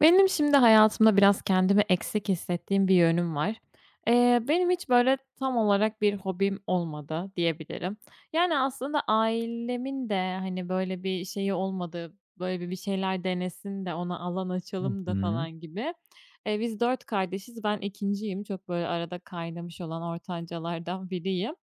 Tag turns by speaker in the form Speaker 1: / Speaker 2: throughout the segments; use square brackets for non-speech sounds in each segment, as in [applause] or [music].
Speaker 1: Benim şimdi hayatımda biraz kendimi eksik hissettiğim bir yönüm var. Benim hiç böyle tam olarak bir hobim olmadı diyebilirim. Yani aslında ailemin de hani böyle bir şeyi olmadı, böyle bir şeyler denesin de ona alan
Speaker 2: Hı
Speaker 1: açalım da
Speaker 2: hı.
Speaker 1: falan gibi. Biz 4 kardeşiz, ben ikinciyim, çok böyle arada kaynamış olan ortancalardan [laughs] biriyim.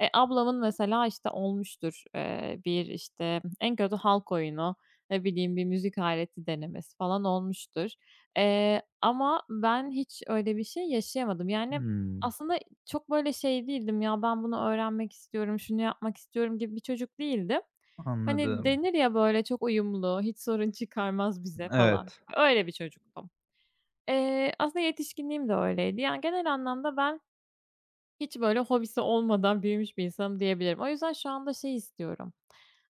Speaker 1: Ablamın mesela işte olmuştur, bir işte en kötü halk oyunu ne bileyim, bir müzik aleti denemesi falan olmuştur. Ama ben hiç öyle bir şey yaşayamadım. Yani,
Speaker 2: Hımm.
Speaker 1: aslında çok böyle şey değildim, "Ya, ben bunu öğrenmek istiyorum, şunu yapmak istiyorum." gibi bir çocuk değildim. Hani,
Speaker 2: Anladım.
Speaker 1: denir ya böyle, "Çok uyumlu, hiç sorun çıkarmaz bize." falan
Speaker 2: Evet,
Speaker 1: gibi. Öyle bir çocuktum. Aslında yetişkinliğim de öyleydi. Yani, genel anlamda ben hiç böyle hobisi olmadan büyümüş bir insanım diyebilirim. O yüzden şu anda şey istiyorum.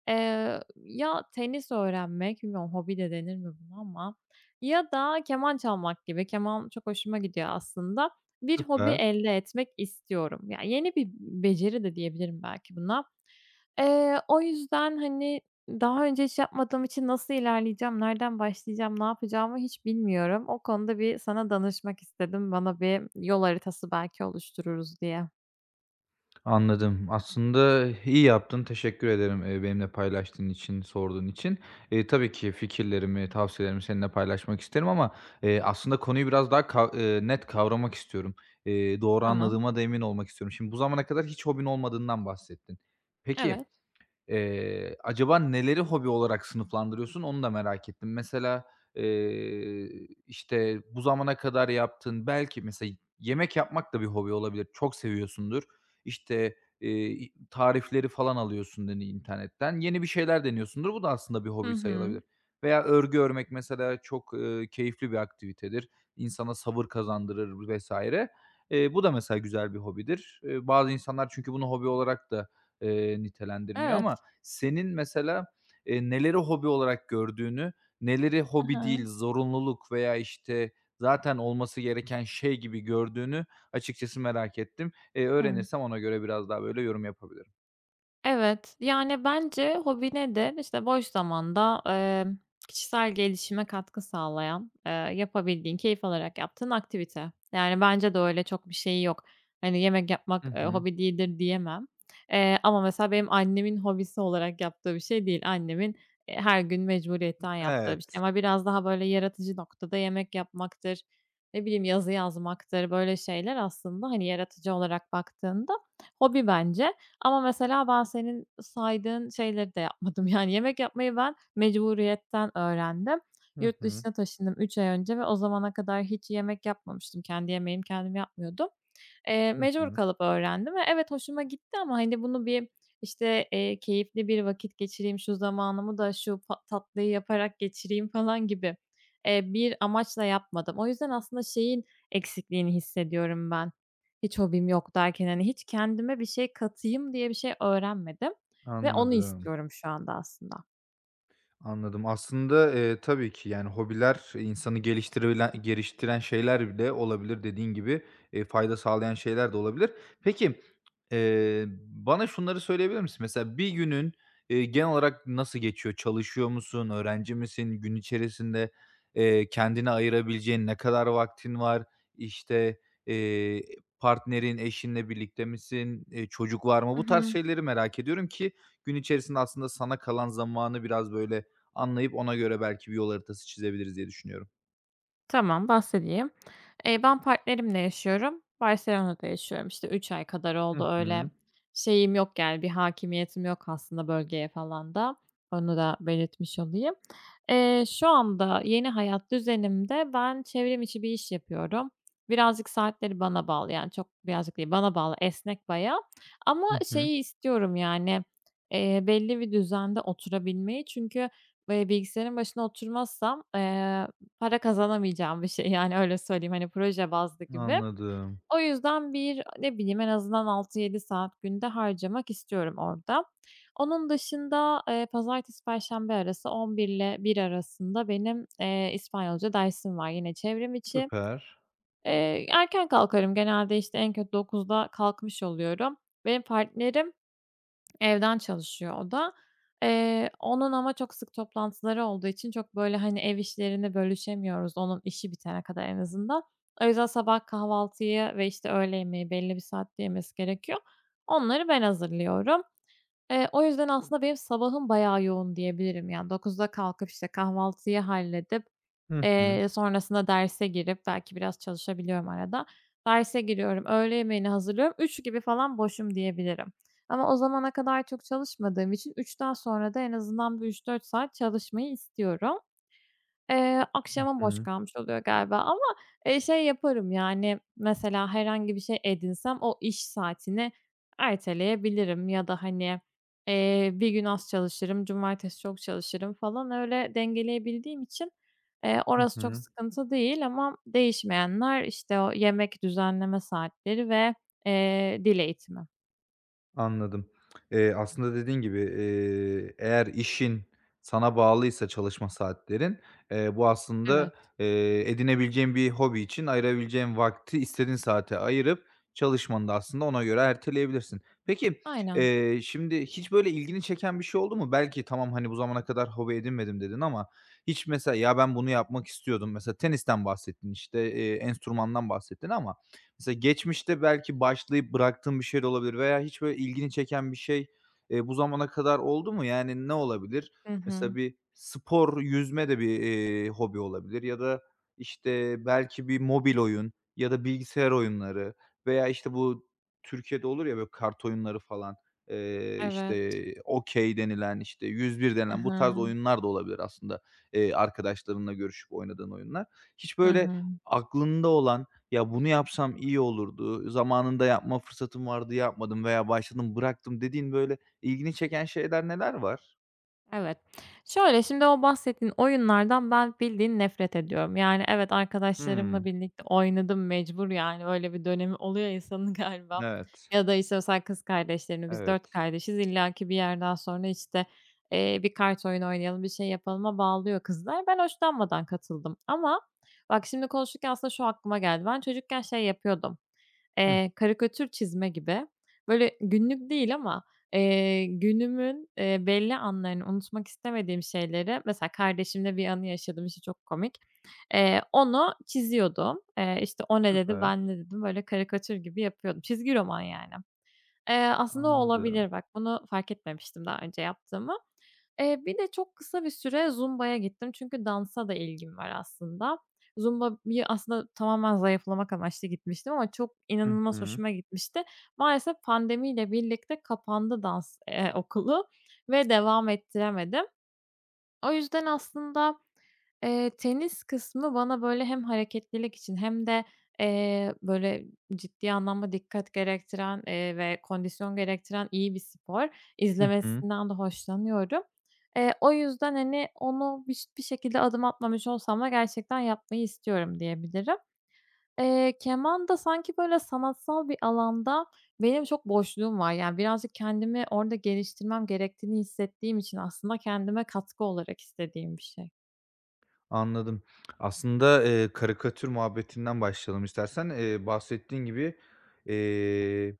Speaker 1: Ya tenis öğrenmek, bilmiyorum hobi de denir mi buna, ama ya da keman çalmak gibi, keman çok hoşuma gidiyor aslında. Bir hobi
Speaker 2: süper.
Speaker 1: elde etmek istiyorum. Yani yeni bir beceri de diyebilirim belki buna. O yüzden, hani, daha önce hiç yapmadığım için nasıl ilerleyeceğim, nereden başlayacağım, ne yapacağımı hiç bilmiyorum. O konuda bir sana danışmak istedim. Bana bir yol haritası belki oluştururuz diye.
Speaker 2: Anladım. Aslında iyi yaptın. Teşekkür ederim, benimle paylaştığın için, sorduğun için. Tabii ki fikirlerimi, tavsiyelerimi seninle paylaşmak isterim ama, aslında konuyu biraz daha kav net kavramak istiyorum. Doğru
Speaker 1: Tamam.
Speaker 2: anladığıma da emin olmak istiyorum. Şimdi bu zamana kadar hiç hobin olmadığından bahsettin. Peki
Speaker 1: Evet.
Speaker 2: Eee, acaba neleri hobi olarak sınıflandırıyorsun onu da merak ettim. Mesela, eee, işte, bu zamana kadar yaptığın belki mesela yemek yapmak da bir hobi olabilir. Çok seviyorsundur. İşte, tarifleri falan alıyorsun dedin internetten. Yeni bir şeyler deniyorsundur. Bu da aslında bir
Speaker 1: Hı
Speaker 2: hobi
Speaker 1: hı.
Speaker 2: sayılabilir. Veya örgü örmek mesela çok, keyifli bir aktivitedir. İnsana sabır kazandırır vs. Bu da mesela güzel bir hobidir. Bazı insanlar çünkü bunu hobi olarak da, nitelendirmiyor ama
Speaker 1: Evet.
Speaker 2: senin mesela, neleri hobi olarak gördüğünü, neleri
Speaker 1: Hı
Speaker 2: hobi değil,
Speaker 1: hı.
Speaker 2: zorunluluk veya, işte, zaten olması gereken şey gibi gördüğünü açıkçası merak ettim.
Speaker 1: Hıı.
Speaker 2: Öğrenirsem ona göre biraz daha böyle yorum yapabilirim.
Speaker 1: Evet, yani, bence hobine de işte boş zamanda, kişisel gelişime katkı sağlayan, yapabildiğin, keyif alarak yaptığın aktivite. Yani, bence de öyle çok bir şeyi yok. Hani, yemek yapmak,
Speaker 2: Hı hı.
Speaker 1: hobi değildir diyemem. Ama mesela benim annemin hobisi olarak yaptığı bir şey değil. Annemin, her gün mecburiyetten yaptığı bir şey,
Speaker 2: Evet.
Speaker 1: ama biraz daha, böyle, yaratıcı noktada yemek yapmaktır, ne bileyim, yazı yazmaktır, böyle şeyler aslında, hani, yaratıcı olarak baktığında hobi bence. Ama mesela ben senin saydığın şeyleri de yapmadım. [laughs] Yani yemek yapmayı ben mecburiyetten öğrendim.
Speaker 2: Hı
Speaker 1: Yurt
Speaker 2: hı.
Speaker 1: dışına taşındım 3 ay önce ve o zamana kadar hiç yemek yapmamıştım. Kendi yemeğimi kendim yapmıyordum.
Speaker 2: Hı
Speaker 1: Mecbur
Speaker 2: hı.
Speaker 1: kalıp öğrendim ve evet, hoşuma gitti, ama, hani, bunu bir, işte, keyifli bir vakit geçireyim, şu zamanımı da şu tatlıyı yaparak geçireyim falan gibi, bir amaçla yapmadım. O yüzden aslında şeyin eksikliğini hissediyorum ben, hiç hobim yok derken, hani, hiç kendime bir şey katayım diye bir şey öğrenmedim ve onu
Speaker 2: Anladım.
Speaker 1: istiyorum şu anda aslında.
Speaker 2: Anladım. Aslında, tabii ki, yani, hobiler insanı geliştirebilen geliştiren şeyler bile olabilir dediğin gibi, fayda sağlayan şeyler de olabilir. Peki, bana şunları söyleyebilir misin? Mesela bir günün, genel olarak nasıl geçiyor? Çalışıyor musun? Öğrenci misin? Gün içerisinde, kendine ayırabileceğin ne kadar vaktin var? İşte, eee, partnerin, eşinle birlikte misin? Çocuk var mı? Bu tarz şeyleri merak ediyorum ki gün içerisinde aslında sana kalan zamanı biraz, böyle, anlayıp ona göre belki bir yol haritası çizebiliriz diye düşünüyorum.
Speaker 1: Tamam, bahsedeyim. Ben partnerimle yaşıyorum. Barcelona'da yaşıyorum. İşte, 3 ay kadar
Speaker 2: Hı
Speaker 1: oldu, öyle
Speaker 2: hı.
Speaker 1: şeyim yok, yani, bir hakimiyetim yok aslında bölgeye falan da. Onu da belirtmiş olayım. Şu anda yeni hayat düzenimde ben çevrim içi bir iş yapıyorum. Birazcık saatleri bana bağlı, yani, çok birazcık değil, bana bağlı, esnek bayağı, ama
Speaker 2: Hı hı.
Speaker 1: şeyi istiyorum, yani, belli bir düzende oturabilmeyi çünkü, bilgisayarın başına oturmazsam, para kazanamayacağım bir şey, yani, öyle söyleyeyim, hani, proje bazlı gibi.
Speaker 2: Anladım.
Speaker 1: O yüzden bir, ne bileyim, en azından 6-7 saat günde harcamak istiyorum orada. Onun dışında, pazartesi perşembe arası 11 ile 1 arasında benim, İspanyolca dersim var yine çevrim içi.
Speaker 2: Süper.
Speaker 1: Erken kalkarım genelde, işte, en kötü 9'da kalkmış oluyorum. Benim partnerim evden çalışıyor o da. Onun ama çok sık toplantıları olduğu için çok, böyle, hani, ev işlerini bölüşemiyoruz onun işi bitene kadar en azından. O yüzden sabah kahvaltıyı ve, işte, öğle yemeği belli bir saatte yemesi gerekiyor. Onları ben hazırlıyorum. O yüzden aslında benim sabahım bayağı yoğun diyebilirim. Yani 9'da kalkıp, işte, kahvaltıyı halledip,
Speaker 2: Hı hı.
Speaker 1: sonrasında derse girip belki biraz çalışabiliyorum arada. Derse giriyorum, öğle yemeğini hazırlıyorum. Üç gibi falan boşum diyebilirim. Ama o zamana kadar çok çalışmadığım için üçten sonra da en azından bir 3-4 saat çalışmayı istiyorum.
Speaker 2: Hı
Speaker 1: Akşama boş
Speaker 2: hı.
Speaker 1: kalmış oluyor galiba, ama, şey yaparım, yani, mesela herhangi bir şey edinsem o iş saatini erteleyebilirim ya da, hani, bir gün az çalışırım, cumartesi çok çalışırım falan öyle dengeleyebildiğim için,
Speaker 2: Hı
Speaker 1: orası çok
Speaker 2: hı.
Speaker 1: sıkıntı değil, ama değişmeyenler, işte, o yemek düzenleme saatleri ve, dil eğitimi.
Speaker 2: Anladım. Aslında dediğin gibi, eğer işin sana bağlıysa çalışma saatlerin, bu
Speaker 1: Evet.
Speaker 2: aslında, edinebileceğin bir hobi için ayırabileceğin vakti istediğin saate ayırıp çalışmanı da aslında ona göre erteleyebilirsin. Peki,
Speaker 1: Aynen.
Speaker 2: şimdi hiç böyle ilgini çeken bir şey oldu mu? Belki tamam, hani, bu zamana kadar hobi edinmedim dedin ama hiç mesela, ya, ben bunu yapmak istiyordum. Mesela tenisten bahsettin, işte, enstrümandan bahsettin ama mesela geçmişte belki başlayıp bıraktığın bir şey de olabilir veya hiç böyle ilgini çeken bir şey, bu zamana kadar oldu mu? Yani ne olabilir?
Speaker 1: Hı
Speaker 2: Mesela
Speaker 1: hı.
Speaker 2: bir spor, yüzme de bir, hobi olabilir ya da, işte, belki bir mobil oyun ya da bilgisayar oyunları veya, işte, bu Türkiye'de olur ya böyle kart oyunları falan,
Speaker 1: Evet.
Speaker 2: işte, Okey denilen, işte, 101
Speaker 1: I
Speaker 2: denilen bu tarz
Speaker 1: hı.
Speaker 2: oyunlar da olabilir aslında, arkadaşlarınla görüşüp oynadığın oyunlar. Hiç
Speaker 1: Hı
Speaker 2: böyle
Speaker 1: hı.
Speaker 2: aklında olan, ya, bunu yapsam iyi olurdu, zamanında yapma fırsatım vardı, yapmadım veya başladım, bıraktım dediğin, böyle, ilgini çeken şeyler neler var?
Speaker 1: Evet. Şöyle, şimdi o bahsettiğin oyunlardan ben bildiğin nefret ediyorum. Yani, evet, arkadaşlarımla
Speaker 2: Hımm.
Speaker 1: birlikte oynadım mecbur, yani, öyle bir dönemi oluyor insanın [laughs] galiba.
Speaker 2: Evet,
Speaker 1: Ya da, işte, mesela kız kardeşlerimle biz 4
Speaker 2: evet.
Speaker 1: kardeşiz, illaki bir yerden sonra, işte, bir kart oyunu oynayalım, bir şey yapalıma bağlıyor kızlar. Ben hoşlanmadan katıldım, ama bak şimdi konuşurken aslında şu aklıma geldi. Ben çocukken şey yapıyordum,
Speaker 2: Hıh,
Speaker 1: Karikatür çizme gibi. Böyle günlük değil ama, günümün, belli anlarını unutmak istemediğim şeyleri, mesela kardeşimle bir anı yaşadım, işte, çok komik. Onu çiziyordum. İşte, "O ne dedi, ben
Speaker 2: süper.
Speaker 1: ne dedim?" Böyle karikatür gibi yapıyordum. Çizgi roman yani. Aslında o
Speaker 2: Anladım.
Speaker 1: olabilir bak. Bunu fark etmemiştim daha önce yaptığımı. Bir de çok kısa bir süre Zumba'ya gittim çünkü dansa da ilgim var aslında. Zumba'yı aslında tamamen zayıflamak amaçlı gitmiştim ama çok
Speaker 2: Hı
Speaker 1: inanılmaz
Speaker 2: hı.
Speaker 1: hoşuma gitmişti. Maalesef pandemiyle birlikte kapandı dans, okulu, ve devam ettiremedim. O yüzden aslında, tenis kısmı bana, böyle, hem hareketlilik için hem de, böyle, ciddi anlamda dikkat gerektiren, ve kondisyon gerektiren iyi bir spor.
Speaker 2: Hı hı.
Speaker 1: İzlemesinden de hoşlanıyorum. O yüzden, hani, onu bir şekilde adım atmamış olsam da gerçekten yapmayı istiyorum diyebilirim. Keman da sanki, böyle, sanatsal bir alanda benim çok boşluğum var. Yani, birazcık kendimi orada geliştirmem gerektiğini hissettiğim için aslında kendime katkı olarak istediğim bir şey.
Speaker 2: Anladım. Aslında, karikatür muhabbetinden başlayalım istersen. Bahsettiğin gibi, eee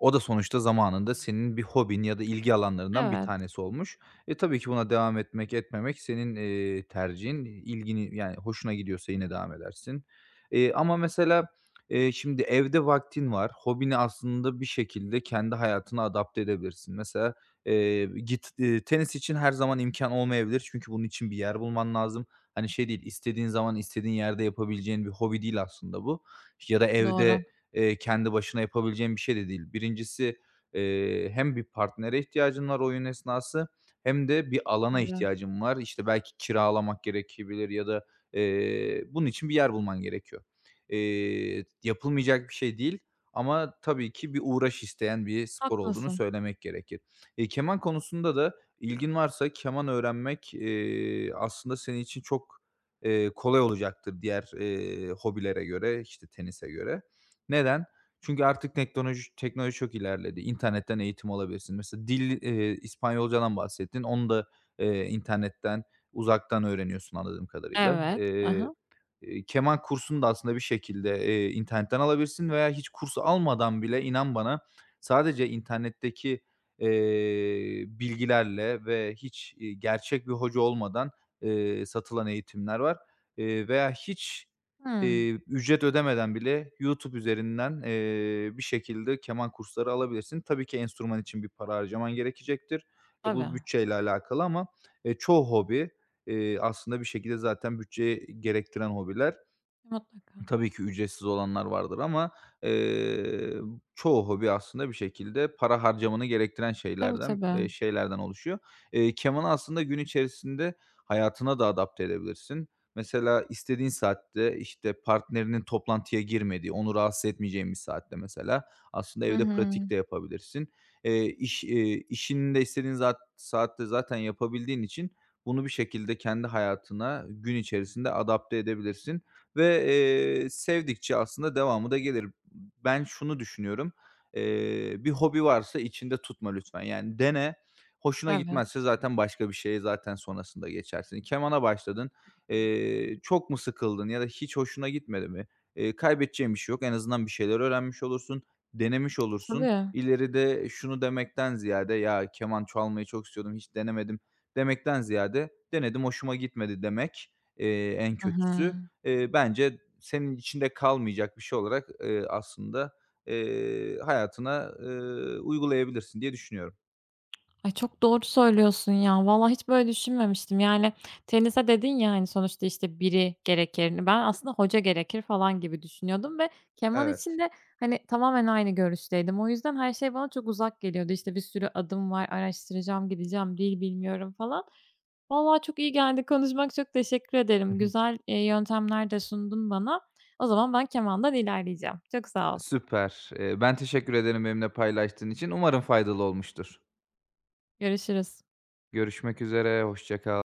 Speaker 2: o da sonuçta zamanında senin bir hobin ya da ilgi alanlarından bir
Speaker 1: Evet,
Speaker 2: tanesi olmuş. E, tabii ki buna devam etmek, etmemek senin, tercihin. İlgini yani hoşuna gidiyorsa yine devam edersin. Ama mesela, şimdi evde vaktin var. Hobini aslında bir şekilde kendi hayatına adapte edebilirsin. Mesela, git tenis için her zaman imkan olmayabilir çünkü bunun için bir yer bulman lazım. Hani, şey değil, istediğin zaman istediğin yerde yapabileceğin bir hobi değil aslında bu. Ya da
Speaker 1: doğru.
Speaker 2: evde kendi başına yapabileceğin bir şey de değil. Birincisi, hem bir partnere ihtiyacın var oyun esnası hem de bir alana
Speaker 1: Tabii,
Speaker 2: ihtiyacın var. İşte, belki kiralamak gerekebilir ya da, bunun için bir yer bulman gerekiyor. Yapılmayacak bir şey değil ama tabii ki bir uğraş isteyen bir spor olduğunu
Speaker 1: haklısın.
Speaker 2: söylemek gerekir. Keman konusunda da ilgin varsa keman öğrenmek, aslında senin için çok, kolay olacaktır diğer, hobilere göre, işte, tenise göre. Neden? Çünkü artık teknoloji çok ilerledi. İnternetten eğitim alabilirsin. Mesela dil, İspanyolcadan bahsettin. Onu da, internetten, uzaktan öğreniyorsun anladığım kadarıyla.
Speaker 1: Evet. Hı hı.
Speaker 2: Keman kursunu da aslında bir şekilde, internetten alabilirsin veya hiç kurs almadan bile inan bana sadece internetteki, bilgilerle ve hiç, gerçek bir hoca olmadan, satılan eğitimler var. Veya hiç, ücret ödemeden bile YouTube üzerinden, bir şekilde keman kursları alabilirsin. Tabii ki enstrüman için bir para harcaman gerekecektir. E,
Speaker 1: Tabii,
Speaker 2: bu bütçeyle alakalı ama, çoğu hobi aslında bir şekilde zaten bütçe gerektiren hobiler.
Speaker 1: mutlaka.
Speaker 2: Tabii ki ücretsiz olanlar vardır ama, eee, çoğu hobi aslında bir şekilde para harcamanı gerektiren
Speaker 1: Tabii,
Speaker 2: şeylerden eee,
Speaker 1: tabii.
Speaker 2: şeylerden oluşuyor. Kemanı aslında gün içerisinde hayatına da adapte edebilirsin. Mesela istediğin saatte, işte, partnerinin toplantıya girmediği, onu rahatsız etmeyeceğin bir saatte mesela aslında
Speaker 1: Hı
Speaker 2: evde
Speaker 1: hı.
Speaker 2: pratik de yapabilirsin. İş işini de istediğin saatte zaten yapabildiğin için bunu bir şekilde kendi hayatına gün içerisinde adapte edebilirsin ve, sevdikçe aslında devamı da gelir. Ben şunu düşünüyorum, bir hobi varsa içinde tutma lütfen. Yani dene, hoşuna
Speaker 1: Evet.
Speaker 2: gitmezse zaten başka bir şeye zaten sonrasında geçersin. Kemana başladın, çok mu sıkıldın ya da hiç hoşuna gitmedi mi? Kaybedeceğin bir şey yok. En azından bir şeyler öğrenmiş olursun, denemiş olursun.
Speaker 1: Tabii.
Speaker 2: İleride şunu demekten ziyade, "Ya, keman çalmayı çok istiyordum, hiç denemedim." demekten ziyade, "Denedim, hoşuma gitmedi." demek, en
Speaker 1: Hı hı.
Speaker 2: kötüsü. Bence senin içinde kalmayacak bir şey olarak, aslında, hayatına, uygulayabilirsin diye düşünüyorum.
Speaker 1: Ay, çok doğru söylüyorsun ya. Vallahi hiç böyle düşünmemiştim. Yani tenise dedin ya, hani, sonuçta, işte, biri gerekir. Ben aslında hoca gerekir falan gibi düşünüyordum ve keman için
Speaker 2: Evet.
Speaker 1: de, hani, tamamen aynı görüşteydim. O yüzden her şey bana çok uzak geliyordu. İşte, bir sürü adım var, araştıracağım, gideceğim, dil bilmiyorum falan. Vallahi çok iyi geldi. Konuşmak çok teşekkür
Speaker 2: Hı
Speaker 1: ederim.
Speaker 2: hı.
Speaker 1: Güzel, yöntemler de sundun bana. O zaman ben kemandan ilerleyeceğim. Çok sağ ol.
Speaker 2: Süper. Ben teşekkür ederim benimle paylaştığın için. Umarım faydalı olmuştur.
Speaker 1: Görüşürüz.
Speaker 2: Görüşmek üzere, hoşça kal.